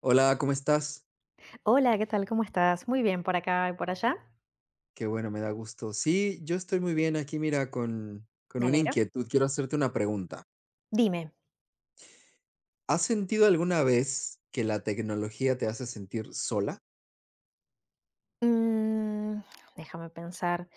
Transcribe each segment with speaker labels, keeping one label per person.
Speaker 1: Hola, ¿cómo estás?
Speaker 2: Hola, ¿qué tal? ¿Cómo estás? Muy bien por acá y por allá.
Speaker 1: Qué bueno, me da gusto. Sí, yo estoy muy bien aquí, mira, con
Speaker 2: Me
Speaker 1: una
Speaker 2: alegra.
Speaker 1: inquietud. Quiero hacerte una pregunta.
Speaker 2: Dime.
Speaker 1: ¿Has sentido alguna vez que la tecnología te hace sentir sola?
Speaker 2: Mm, déjame pensar.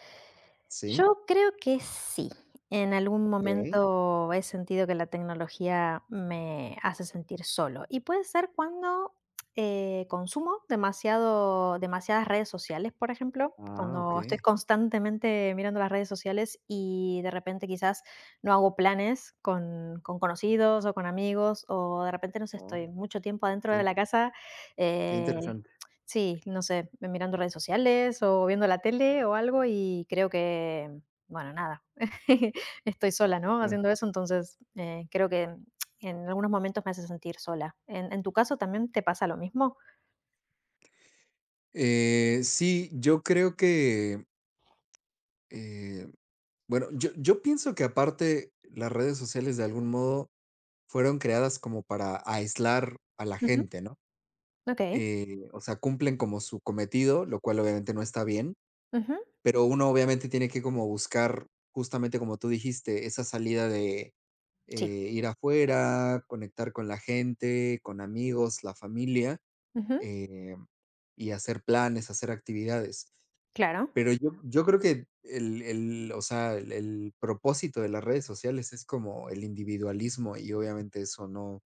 Speaker 1: Sí.
Speaker 2: Yo creo que sí. En algún
Speaker 1: Ok.
Speaker 2: momento he sentido que la tecnología me hace sentir solo. Y puede ser cuando consumo demasiado, demasiadas redes sociales, por ejemplo,
Speaker 1: Ah, ok.
Speaker 2: cuando estoy constantemente mirando las redes sociales y de repente quizás no hago planes con conocidos o con amigos, o de repente no sé, estoy
Speaker 1: Oh,
Speaker 2: mucho tiempo adentro
Speaker 1: qué,
Speaker 2: de
Speaker 1: in-
Speaker 2: la casa
Speaker 1: qué
Speaker 2: eh,
Speaker 1: interesante.
Speaker 2: sí, no sé, mirando redes sociales o viendo la tele o algo y creo que, bueno, nada, estoy sola, ¿no?
Speaker 1: Claro.
Speaker 2: Haciendo eso, entonces creo que en algunos momentos me hace sentir sola. En tu caso también te pasa lo mismo?
Speaker 1: Sí, yo creo que, eh, bueno, yo pienso que aparte las redes sociales de algún modo fueron creadas como para aislar a la
Speaker 2: Ujú.
Speaker 1: gente, ¿no?
Speaker 2: Ok.
Speaker 1: O sea, cumplen como su cometido, lo cual obviamente no está bien,
Speaker 2: Ujú.
Speaker 1: pero uno obviamente tiene que como buscar, justamente como tú dijiste, esa salida de eh,
Speaker 2: Sí.
Speaker 1: ir afuera, conectar con la gente, con amigos, la familia,
Speaker 2: Ujú.
Speaker 1: eh, y hacer planes, hacer actividades.
Speaker 2: Claro.
Speaker 1: Pero yo creo que o sea, el propósito de las redes sociales es como el individualismo y obviamente eso no,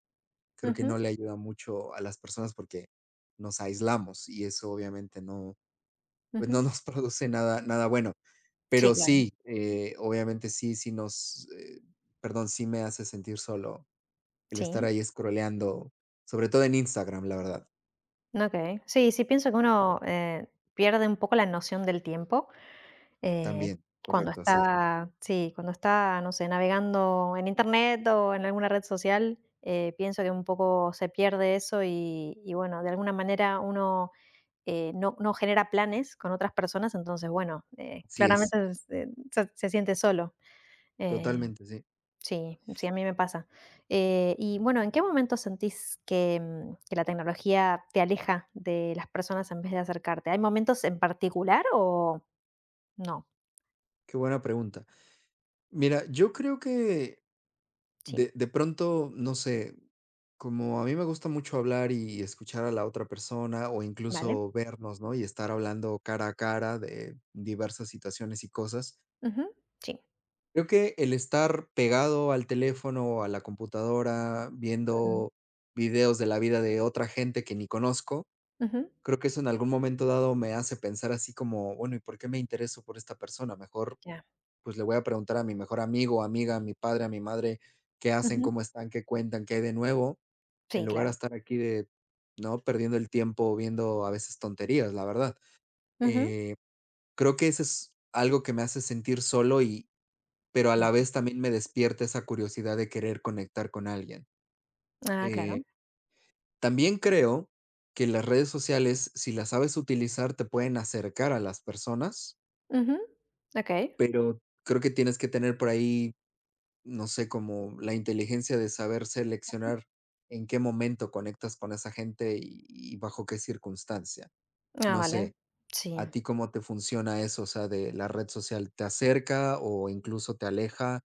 Speaker 1: creo que no
Speaker 2: Ujú.
Speaker 1: le ayuda mucho a las personas porque nos aislamos y eso obviamente no, pues no
Speaker 2: Ujú.
Speaker 1: nos produce nada, nada bueno.
Speaker 2: Sí,
Speaker 1: Pero
Speaker 2: claro.
Speaker 1: sí, obviamente sí, sí nos, perdón, sí me hace sentir solo el estar
Speaker 2: Sí,
Speaker 1: ahí scrolleando, sobre todo en Instagram, la verdad.
Speaker 2: ok. Sí, sí pienso que uno pierde un poco la noción del tiempo. Eh,
Speaker 1: También,
Speaker 2: cuando
Speaker 1: correcto, así es.
Speaker 2: está sí, cuando está, no sé, navegando en Internet o en alguna red social, pienso que un poco se pierde eso y bueno, de alguna manera uno, no genera planes con otras personas, entonces, bueno,
Speaker 1: Así es,
Speaker 2: claramente se siente solo. Eh,
Speaker 1: totalmente, sí.
Speaker 2: sí, sí, a mí me pasa. Y bueno, ¿en qué momento sentís que, que la tecnología te aleja de las personas en vez de acercarte? ¿Hay momentos en particular o no?
Speaker 1: Qué buena pregunta. Mira, yo creo que
Speaker 2: Sí,
Speaker 1: de pronto, no sé, como a mí me gusta mucho hablar y escuchar a la otra persona, o
Speaker 2: vale.
Speaker 1: incluso vernos, ¿no? Y estar hablando cara a cara de diversas situaciones y cosas.
Speaker 2: Ujú, sí.
Speaker 1: Creo que el estar pegado al teléfono o a la computadora,
Speaker 2: Mm.
Speaker 1: viendo videos de la vida de otra gente que ni conozco,
Speaker 2: Ujú.
Speaker 1: creo que eso en algún momento dado me hace pensar así como, bueno, ¿y por qué me intereso por esta persona? Mejor,
Speaker 2: Ya.
Speaker 1: pues le voy a preguntar a mi mejor amigo, amiga, a mi padre, a mi madre, qué hacen,
Speaker 2: Ujú.
Speaker 1: cómo están, qué cuentan, qué hay de nuevo en
Speaker 2: Sí,
Speaker 1: lugar de
Speaker 2: claro.
Speaker 1: estar aquí de, ¿no?, perdiendo el tiempo viendo a veces tonterías, la verdad.
Speaker 2: Ujú.
Speaker 1: Eh, Creo que eso es algo que me hace sentir solo y pero a la
Speaker 2: Vale.
Speaker 1: vez también me despierta esa curiosidad de querer conectar con alguien.
Speaker 2: Ah, claro.
Speaker 1: Eh, También creo que las redes sociales, si las sabes utilizar, te pueden acercar a las personas,
Speaker 2: Ujú. Okey.
Speaker 1: pero creo que tienes que tener por ahí, no sé, como la inteligencia de saber seleccionar en qué momento conectas con esa gente y bajo qué circunstancia.
Speaker 2: Ah,
Speaker 1: No
Speaker 2: vale.
Speaker 1: sé, ¿a
Speaker 2: Sí.
Speaker 1: ti cómo te funciona eso? O sea, de la red social, ¿te acerca o incluso te aleja?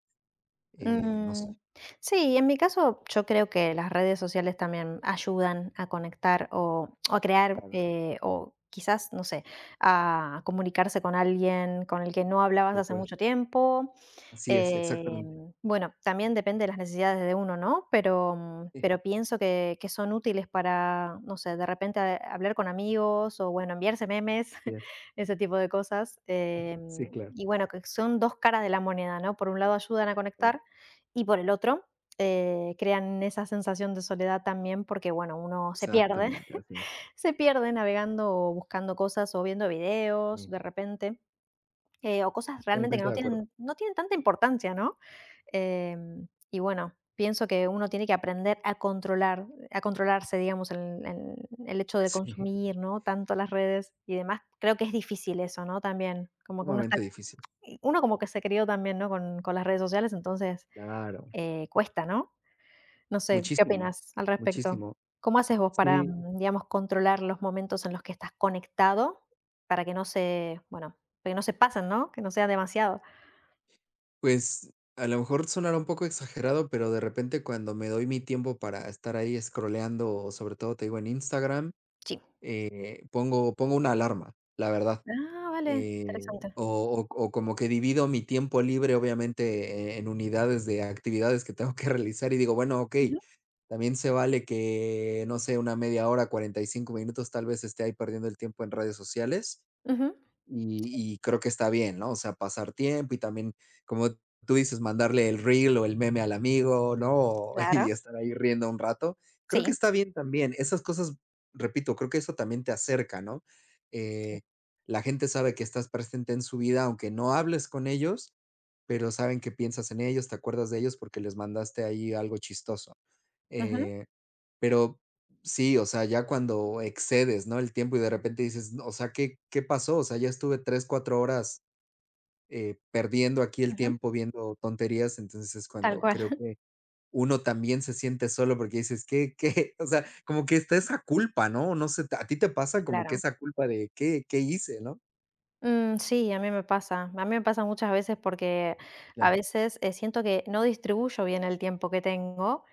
Speaker 1: No sé.
Speaker 2: Mm, sí, en mi caso, yo creo que las redes sociales también ayudan a conectar o a crear, o quizás, no sé, a comunicarse con alguien con el que no hablabas hace
Speaker 1: Supuesto.
Speaker 2: mucho tiempo.
Speaker 1: Así es, exactamente.
Speaker 2: Em, bueno, también depende de las necesidades de uno, ¿no? Pero,
Speaker 1: Sí,
Speaker 2: pero pienso que son útiles para, no sé, de repente hablar con amigos o, bueno, enviarse memes,
Speaker 1: sí, es.
Speaker 2: ese tipo de cosas. Em,
Speaker 1: Sí, claro,
Speaker 2: y bueno, que son dos caras de la moneda, ¿no? Por un lado ayudan a
Speaker 1: claro.
Speaker 2: conectar y por el otro crean esa sensación de soledad también porque, bueno, uno se pierde,
Speaker 1: Exactamente, así es.
Speaker 2: se pierde navegando o buscando cosas o viendo videos
Speaker 1: Sí,
Speaker 2: de repente. O cosas realmente que
Speaker 1: totalmente de acuerdo.
Speaker 2: no tienen tanta importancia, ¿no? Em, y bueno, pienso que uno tiene que aprender a controlar a controlarse, digamos, el hecho de
Speaker 1: Sí,
Speaker 2: consumir, ¿no? Tanto las redes y demás. Creo que es difícil eso, ¿no? También, como que uno está
Speaker 1: sumamente difícil.
Speaker 2: uno como que se crió también, ¿no? Con las redes sociales, entonces,
Speaker 1: Claro.
Speaker 2: cuesta, ¿no? No sé, ¿qué
Speaker 1: Muchísimo,
Speaker 2: opinas al respecto?
Speaker 1: muchísimo.
Speaker 2: ¿Cómo haces vos para,
Speaker 1: Sí,
Speaker 2: digamos, controlar los momentos en los que estás conectado para que no se, bueno, para que no se pasen, ¿no? Que no sea demasiado.
Speaker 1: pues a lo mejor sonará un poco exagerado, pero de repente cuando me doy mi tiempo para estar ahí scrolleando, o sobre todo te digo en Instagram,
Speaker 2: Sí.
Speaker 1: pongo una alarma, la verdad.
Speaker 2: Ah, vale,
Speaker 1: Eh,
Speaker 2: interesante.
Speaker 1: o como que divido mi tiempo libre, obviamente, en unidades de actividades que tengo que realizar, y digo, bueno, okey,
Speaker 2: Ujú,
Speaker 1: también se vale que, no sé, una media hora, 45 minutos, tal vez, esté ahí perdiendo el tiempo en redes sociales,
Speaker 2: ujú.
Speaker 1: y creo que está bien, ¿no? O sea, pasar tiempo y también, como tú dices, mandarle el reel o el meme al amigo, ¿no? Y
Speaker 2: Claro,
Speaker 1: estar ahí riendo un rato. Creo que
Speaker 2: sí,
Speaker 1: está bien también. Esas cosas, repito, creo que eso también te acerca, ¿no?
Speaker 2: sí.
Speaker 1: Eh, la gente sabe que estás presente en su vida, aunque no hables con ellos, pero saben que piensas en ellos, te acuerdas de ellos porque les mandaste ahí algo chistoso.
Speaker 2: Ujú,
Speaker 1: Eh, pero sí, o sea, ya cuando excedes, ¿no? El tiempo y de repente dices: "No, o sea, ¿qué pasó? O sea, ya estuve 3, 4 horas perdiendo aquí el
Speaker 2: ujú,
Speaker 1: tiempo viendo tonterías, entonces es
Speaker 2: tal
Speaker 1: cuando creo
Speaker 2: cual.
Speaker 1: que uno también se siente solo porque dices, ¿qué? O sea, como que está esa culpa, ¿no? No sé, a ti te pasa como que
Speaker 2: claro.
Speaker 1: esa culpa de qué hice, ¿no?
Speaker 2: Sí, a mí me pasa. A mí me pasa muchas veces porque a
Speaker 1: Ya,
Speaker 2: veces siento que no distribuyo bien el tiempo que tengo,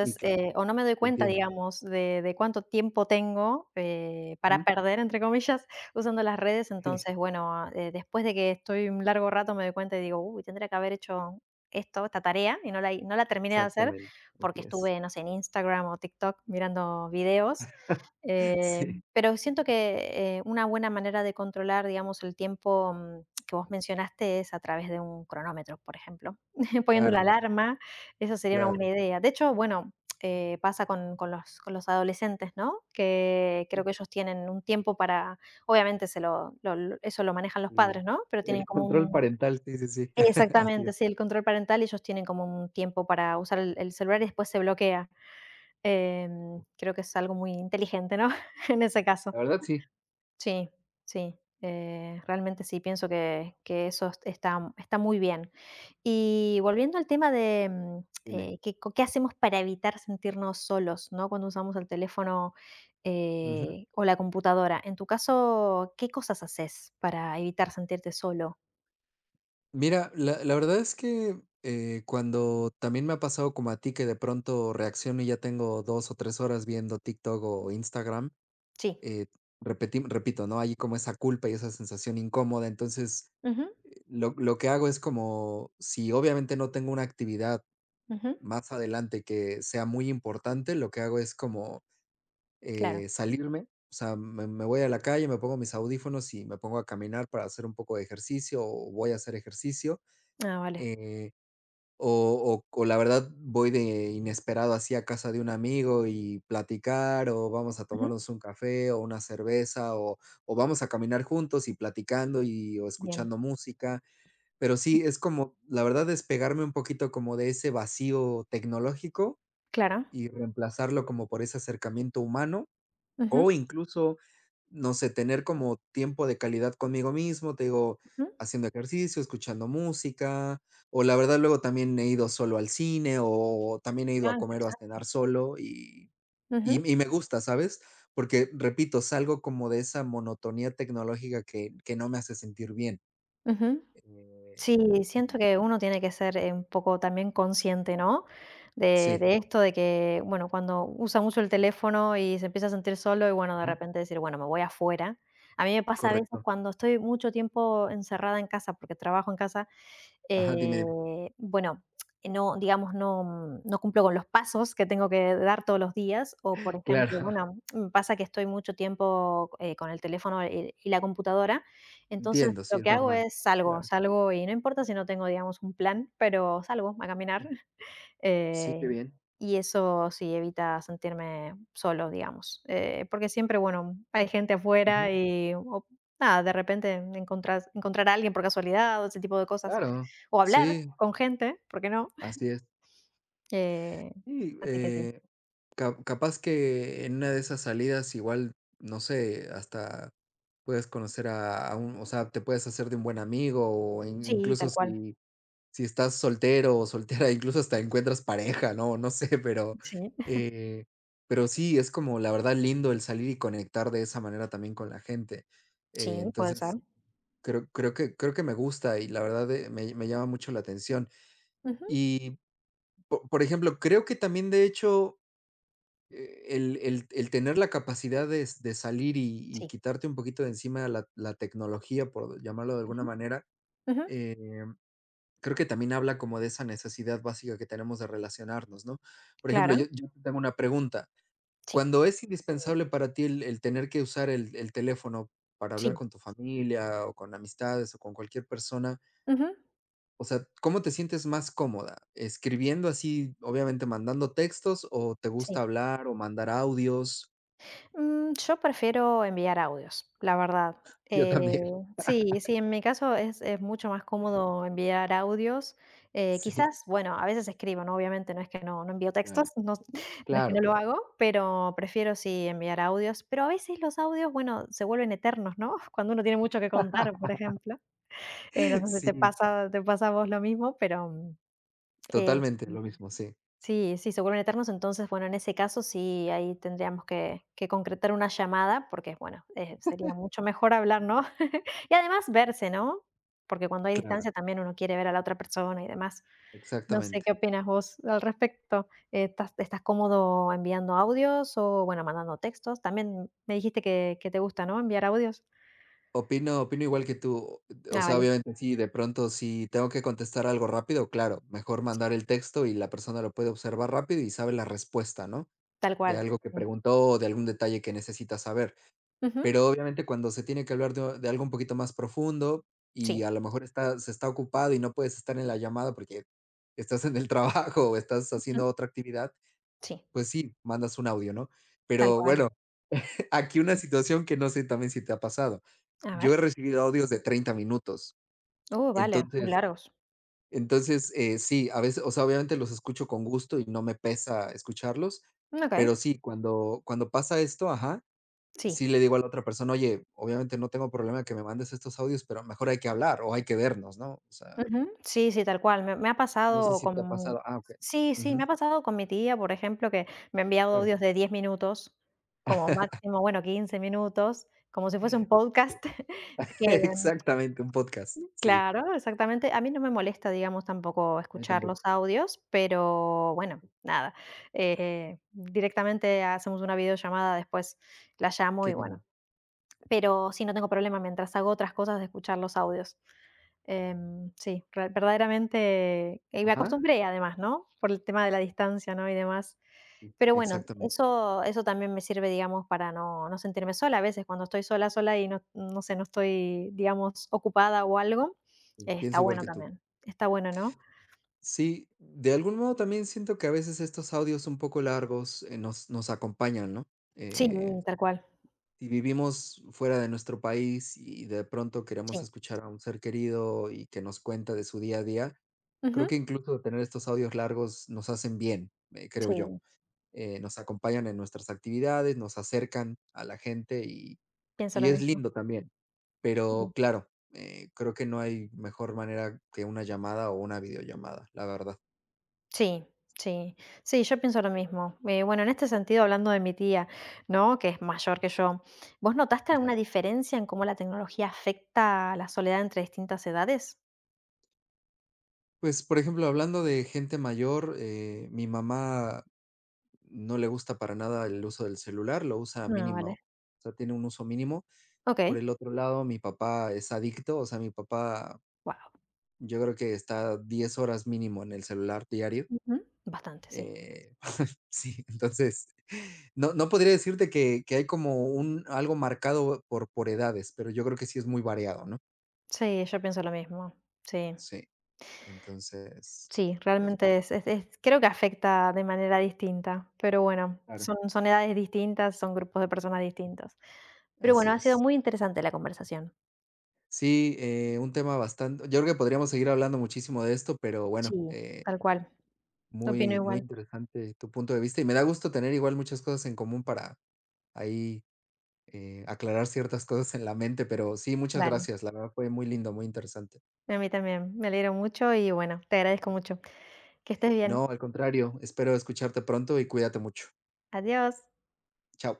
Speaker 1: y claro,
Speaker 2: o no me doy
Speaker 1: te
Speaker 2: cuenta,
Speaker 1: entiendo.
Speaker 2: digamos, de cuánto tiempo tengo para
Speaker 1: Ujú.
Speaker 2: perder, entre comillas, usando las redes. Entonces, bueno, después de que estoy un largo rato me doy cuenta y digo, uy, tendría que haber hecho esto, esta tarea, y no la, no la terminé de hacer
Speaker 1: Exactamente, así
Speaker 2: porque
Speaker 1: es.
Speaker 2: estuve, no sé, en Instagram o TikTok mirando videos. eh,
Speaker 1: Sí,
Speaker 2: pero siento que, una buena manera de controlar, digamos, el tiempo, que vos mencionaste es a través de un cronómetro, por ejemplo, poniendo la
Speaker 1: claro,
Speaker 2: alarma, eso sería una buena
Speaker 1: claro,
Speaker 2: idea. De hecho, bueno, pasa con los adolescentes, ¿no? Que creo que ellos tienen un tiempo para obviamente se lo lo eso lo manejan los
Speaker 1: sí,
Speaker 2: padres, ¿no? Pero
Speaker 1: y
Speaker 2: tienen
Speaker 1: el
Speaker 2: como
Speaker 1: control
Speaker 2: un
Speaker 1: parental, sí, sí, sí, así
Speaker 2: exactamente,
Speaker 1: es.
Speaker 2: sí, el control parental, ellos tienen como un tiempo para usar el celular y después se bloquea. Em, creo que es algo muy inteligente, ¿no? En ese caso.
Speaker 1: La verdad sí,
Speaker 2: Sí, sí, realmente sí, pienso que eso está está muy bien. Y volviendo al tema de,
Speaker 1: dime.
Speaker 2: ¿qué co qué hacemos para evitar sentirnos solos, no? Cuando usamos el teléfono,
Speaker 1: Ujú.
Speaker 2: o la computadora. En tu caso, ¿qué cosas haces para evitar sentirte solo?
Speaker 1: Mira, la verdad es que, cuando también me ha pasado como a ti, que de pronto reacciono y ya tengo 2 o 3 horas viendo TikTok o Instagram,
Speaker 2: Sí.
Speaker 1: eh, repeti repito, ¿no? Hay como esa culpa y esa sensación incómoda. Entonces,
Speaker 2: Ujú,
Speaker 1: lo que hago es como, si obviamente no tengo una actividad
Speaker 2: ujú,
Speaker 1: más adelante que sea muy importante, lo que hago es como
Speaker 2: claro.
Speaker 1: salirme, o sea, me voy a la calle, me pongo mis audífonos y me pongo a caminar para hacer un poco de ejercicio o voy a hacer ejercicio.
Speaker 2: Ah, vale.
Speaker 1: eh, o la verdad voy de inesperado así a casa de un amigo y platicar o vamos a
Speaker 2: Ujú,
Speaker 1: tomarnos un café o una cerveza o, vamos a caminar juntos y platicando y o
Speaker 2: bien.
Speaker 1: escuchando música. Pero
Speaker 2: Ujú,
Speaker 1: sí, es como, la verdad, despegarme un poquito como de ese vacío tecnológico
Speaker 2: claro.
Speaker 1: y reemplazarlo como por ese acercamiento humano o
Speaker 2: Ujú,
Speaker 1: incluso, no sé, tener como tiempo de calidad conmigo mismo, te digo,
Speaker 2: ujú.
Speaker 1: haciendo ejercicio, escuchando música, o la verdad luego también he ido solo al cine, o también he ido
Speaker 2: Ah,
Speaker 1: a comer o a cenar
Speaker 2: interesante.
Speaker 1: solo y
Speaker 2: Ujú,
Speaker 1: y y me gusta, ¿sabes? Porque, repito, salgo como de esa monotonía tecnológica que no me hace sentir bien,
Speaker 2: ujú. Sí,
Speaker 1: eh, y
Speaker 2: siento que uno tiene que ser, un poco también consciente, ¿no?
Speaker 1: sí,
Speaker 2: De esto, de que, bueno, cuando usa mucho el teléfono y se empieza a sentir solo y, bueno, de
Speaker 1: ajá,
Speaker 2: repente decir: "Bueno, me voy afuera". A mí me pasa a veces
Speaker 1: correcto.
Speaker 2: cuando estoy mucho tiempo encerrada en casa, porque trabajo en casa,
Speaker 1: Ajá, dime,
Speaker 2: eh,
Speaker 1: dime.
Speaker 2: bueno, no, digamos, no, no cumplo con los pasos que tengo que dar todos los días, o por
Speaker 1: Claro.
Speaker 2: ejemplo, bueno, me pasa que estoy mucho tiempo, con el teléfono y la computadora, entonces
Speaker 1: Entiendo, sí,
Speaker 2: lo
Speaker 1: es
Speaker 2: que hago
Speaker 1: normal.
Speaker 2: es salgo,
Speaker 1: Claro.
Speaker 2: salgo y no importa si no tengo, digamos, un plan, pero salgo a caminar.
Speaker 1: Sí, qué
Speaker 2: Eh,
Speaker 1: bien.
Speaker 2: y eso sí evita sentirme solo, digamos. Porque siempre, bueno, hay gente
Speaker 1: Ujú.
Speaker 2: afuera y o nada, de repente encontrás encontrar a alguien por casualidad o ese tipo de cosas.
Speaker 1: Claro,
Speaker 2: O hablar
Speaker 1: sí.
Speaker 2: con gente, ¿por qué no?
Speaker 1: Así es.
Speaker 2: Eh,
Speaker 1: Y,
Speaker 2: así que sí.
Speaker 1: ca capaz que en una de esas salidas igual, no sé, hasta puedes conocer a un o sea, te puedes hacer de un buen amigo, o in
Speaker 2: Sí,
Speaker 1: incluso
Speaker 2: tal cual.
Speaker 1: si estás soltero o soltera, incluso hasta encuentras pareja, ¿no? No sé,
Speaker 2: Sí,
Speaker 1: eh, pero sí, es como la verdad lindo el salir y conectar de esa manera también con la gente.
Speaker 2: sí, puede ser.
Speaker 1: Entonces, creo que me gusta y la verdad, me llama mucho la atención.
Speaker 2: Ujú,
Speaker 1: Y, po por ejemplo, creo que también, de hecho, el tener la capacidad de salir y
Speaker 2: sí.
Speaker 1: quitarte un poquito de encima la tecnología, por llamarlo de alguna
Speaker 2: Ujú,
Speaker 1: manera,
Speaker 2: ujú.
Speaker 1: em, creo que también habla como de esa necesidad básica que tenemos de relacionarnos, ¿no? Por ejemplo, yo
Speaker 2: Claro.
Speaker 1: yo te tengo una pregunta,
Speaker 2: Sí.
Speaker 1: cuando es indispensable para ti el tener que usar el teléfono para hablar
Speaker 2: Sí.
Speaker 1: con tu familia, o con amistades, o con cualquier persona,
Speaker 2: Ujú,
Speaker 1: o sea, ¿cómo te sientes más cómoda? ¿Escribiendo así, obviamente mandando textos, o te gusta
Speaker 2: sí.
Speaker 1: hablar, o mandar audios?
Speaker 2: Yo prefiero enviar audios, la verdad.
Speaker 1: Yo
Speaker 2: Eh,
Speaker 1: también,
Speaker 2: sí, sí, en mi caso es mucho más cómodo enviar audios.
Speaker 1: sí,
Speaker 2: Quizás, bueno, a veces escribo, ¿no? Obviamente no es que no, no envío textos,
Speaker 1: claro,
Speaker 2: no, no es que
Speaker 1: claro,
Speaker 2: no lo
Speaker 1: claro.
Speaker 2: hago, pero prefiero sí enviar audios. Pero a veces los audios, bueno, se vuelven eternos, ¿no? Cuando uno tiene mucho que contar, por ejemplo. No sé si te
Speaker 1: Sí,
Speaker 2: pasa, te pasa a vos lo mismo, pero eh,
Speaker 1: totalmente lo mismo, sí,
Speaker 2: sí, sí, se vuelven eternos, entonces, bueno, en ese caso sí, ahí tendríamos que concretar una llamada, porque, bueno, sería mucho mejor hablar, ¿no? Y además verse, ¿no? Porque cuando hay
Speaker 1: claro,
Speaker 2: distancia también uno quiere ver a la otra persona y demás. No sé
Speaker 1: exactamente.
Speaker 2: qué opinas vos al respecto. ¿Estás estás cómodo enviando audios o, bueno, mandando textos? También me dijiste que te gusta, ¿no? Enviar audios.
Speaker 1: Opino igual que tú, o
Speaker 2: Ah,
Speaker 1: sea,
Speaker 2: vale,
Speaker 1: obviamente, sí, de pronto, si tengo que contestar algo rápido, claro, mejor
Speaker 2: sí,
Speaker 1: mandar el texto y la persona lo puede observar rápido y sabe la respuesta, ¿no?
Speaker 2: tal
Speaker 1: De
Speaker 2: cual.
Speaker 1: algo que
Speaker 2: Sí.
Speaker 1: preguntó o de algún detalle que necesita saber.
Speaker 2: Ujú,
Speaker 1: Pero, obviamente, cuando se tiene que hablar de algo un poquito más profundo y
Speaker 2: sí,
Speaker 1: a lo mejor está se está ocupado y no puedes estar en la llamada porque estás en el trabajo o estás
Speaker 2: ujú,
Speaker 1: haciendo otra actividad,
Speaker 2: sí,
Speaker 1: pues sí, mandas un audio, ¿no?
Speaker 2: tal
Speaker 1: Pero
Speaker 2: cual.
Speaker 1: bueno, aquí una
Speaker 2: Sí.
Speaker 1: situación que no sé también si te ha pasado.
Speaker 2: A
Speaker 1: Yo
Speaker 2: ver.
Speaker 1: he recibido audios de 30 minutos.
Speaker 2: Vale, muy
Speaker 1: Entonces
Speaker 2: largos.
Speaker 1: entonces, sí, a veces, o sea, obviamente los escucho con gusto y no me pesa escucharlos,
Speaker 2: Mm, okey,
Speaker 1: pero sí, cuando pasa esto, ajá,
Speaker 2: sí.
Speaker 1: sí le digo a la otra persona: "Oye, obviamente no tengo problema que me mandes estos audios, pero mejor hay que hablar o hay que vernos", ¿no? O sea,
Speaker 2: Ujú. Sí, sí, tal cual. Me me ha
Speaker 1: no sé
Speaker 2: pasado
Speaker 1: si te ha
Speaker 2: con
Speaker 1: pasado. Ah, okey.
Speaker 2: sí, sí,
Speaker 1: Ujú,
Speaker 2: me ha pasado con mi tía, por ejemplo, que me ha enviado
Speaker 1: claro.
Speaker 2: audios de 10 minutos, como máximo, bueno, 15 minutos, como si fuese un podcast, que
Speaker 1: Exactamente, un podcast. Sí,
Speaker 2: claro, exactamente. A mí no me molesta, digamos, tampoco
Speaker 1: a mí
Speaker 2: escuchar
Speaker 1: tampoco.
Speaker 2: los audios, pero bueno, nada, directamente hacemos una videollamada, después la llamo
Speaker 1: Qué
Speaker 2: y bueno.
Speaker 1: lindo.
Speaker 2: Pero sí, no tengo problema mientras hago otras cosas de escuchar los audios. Em, sí, re verdaderamente, y me
Speaker 1: Ajá.
Speaker 2: acostumbré además, ¿no? Por el tema de la distancia, ¿no? Y demás. Pero bueno,
Speaker 1: Exactamente,
Speaker 2: eso eso también me sirve, digamos, para no sentirme sola. A veces cuando estoy sola, sola y no sé, no estoy, digamos, ocupada o algo,
Speaker 1: sí,
Speaker 2: está
Speaker 1: pienso igual
Speaker 2: bueno
Speaker 1: que tú.
Speaker 2: también. Está bueno, ¿no?
Speaker 1: Sí, de algún modo también siento que a veces estos audios un poco largos, nos acompañan, ¿no?
Speaker 2: Sí,
Speaker 1: Eh,
Speaker 2: tal cual.
Speaker 1: si vivimos fuera de nuestro país y de pronto
Speaker 2: Sí.
Speaker 1: queremos escuchar a un ser querido y que nos cuenta de su día a día, creo
Speaker 2: Ujú.
Speaker 1: que incluso tener estos audios largos nos hacen bien, creo yo.
Speaker 2: Sí,
Speaker 1: Nos acompañan en nuestras actividades, nos acercan a la gente y,
Speaker 2: pienso
Speaker 1: y
Speaker 2: lo
Speaker 1: es
Speaker 2: mismo.
Speaker 1: lindo también.
Speaker 2: Sí.
Speaker 1: Pero claro, creo que no hay mejor manera que una llamada o una videollamada, la verdad.
Speaker 2: Sí, sí, sí, yo pienso lo mismo. Bueno, en este sentido, hablando de mi tía, ¿no? Que es mayor que yo, ¿vos notaste
Speaker 1: Ya.
Speaker 2: alguna diferencia en cómo la tecnología afecta la soledad entre distintas edades?
Speaker 1: Pues, por ejemplo, hablando de gente mayor, mi mamá no le gusta para nada el uso del celular, lo usa
Speaker 2: Ah,
Speaker 1: mínimo,
Speaker 2: vale.
Speaker 1: o sea, tiene un uso mínimo. Por
Speaker 2: Ok.
Speaker 1: el otro lado, mi papá es adicto, o sea, mi papá
Speaker 2: Wow.
Speaker 1: yo creo que está 10 horas mínimo en el celular diario.
Speaker 2: Bastante, sí.
Speaker 1: Eh, sí, entonces, no podría decirte que hay como un algo marcado por edades, pero yo creo que sí es muy variado, ¿no?
Speaker 2: Sí, yo pienso lo mismo. Sí,
Speaker 1: Sí, entonces,
Speaker 2: sí,
Speaker 1: pues bueno,
Speaker 2: realmente es, creo que afecta de manera distinta, pero bueno,
Speaker 1: claro,
Speaker 2: son, son edades distintas, son grupos de personas distintos. Pero
Speaker 1: así
Speaker 2: bueno, ha sido
Speaker 1: es.
Speaker 2: muy interesante la conversación.
Speaker 1: Sí, un tema bastante. Yo creo que podríamos seguir hablando muchísimo de esto, pero bueno,
Speaker 2: Sí, tal cual. Opino
Speaker 1: muy muy
Speaker 2: igual.
Speaker 1: interesante tu punto de vista, y me da gusto tener igual muchas cosas en común para ahí, aclarar ciertas cosas en la mente, pero sí, muchas
Speaker 2: Dale.
Speaker 1: gracias, la verdad fue muy lindo, muy interesante.
Speaker 2: A mí también, me alegro mucho y bueno, te agradezco mucho. Que estés
Speaker 1: No,
Speaker 2: bien.
Speaker 1: al contrario, espero escucharte pronto y cuídate mucho.
Speaker 2: Adiós.
Speaker 1: Chao.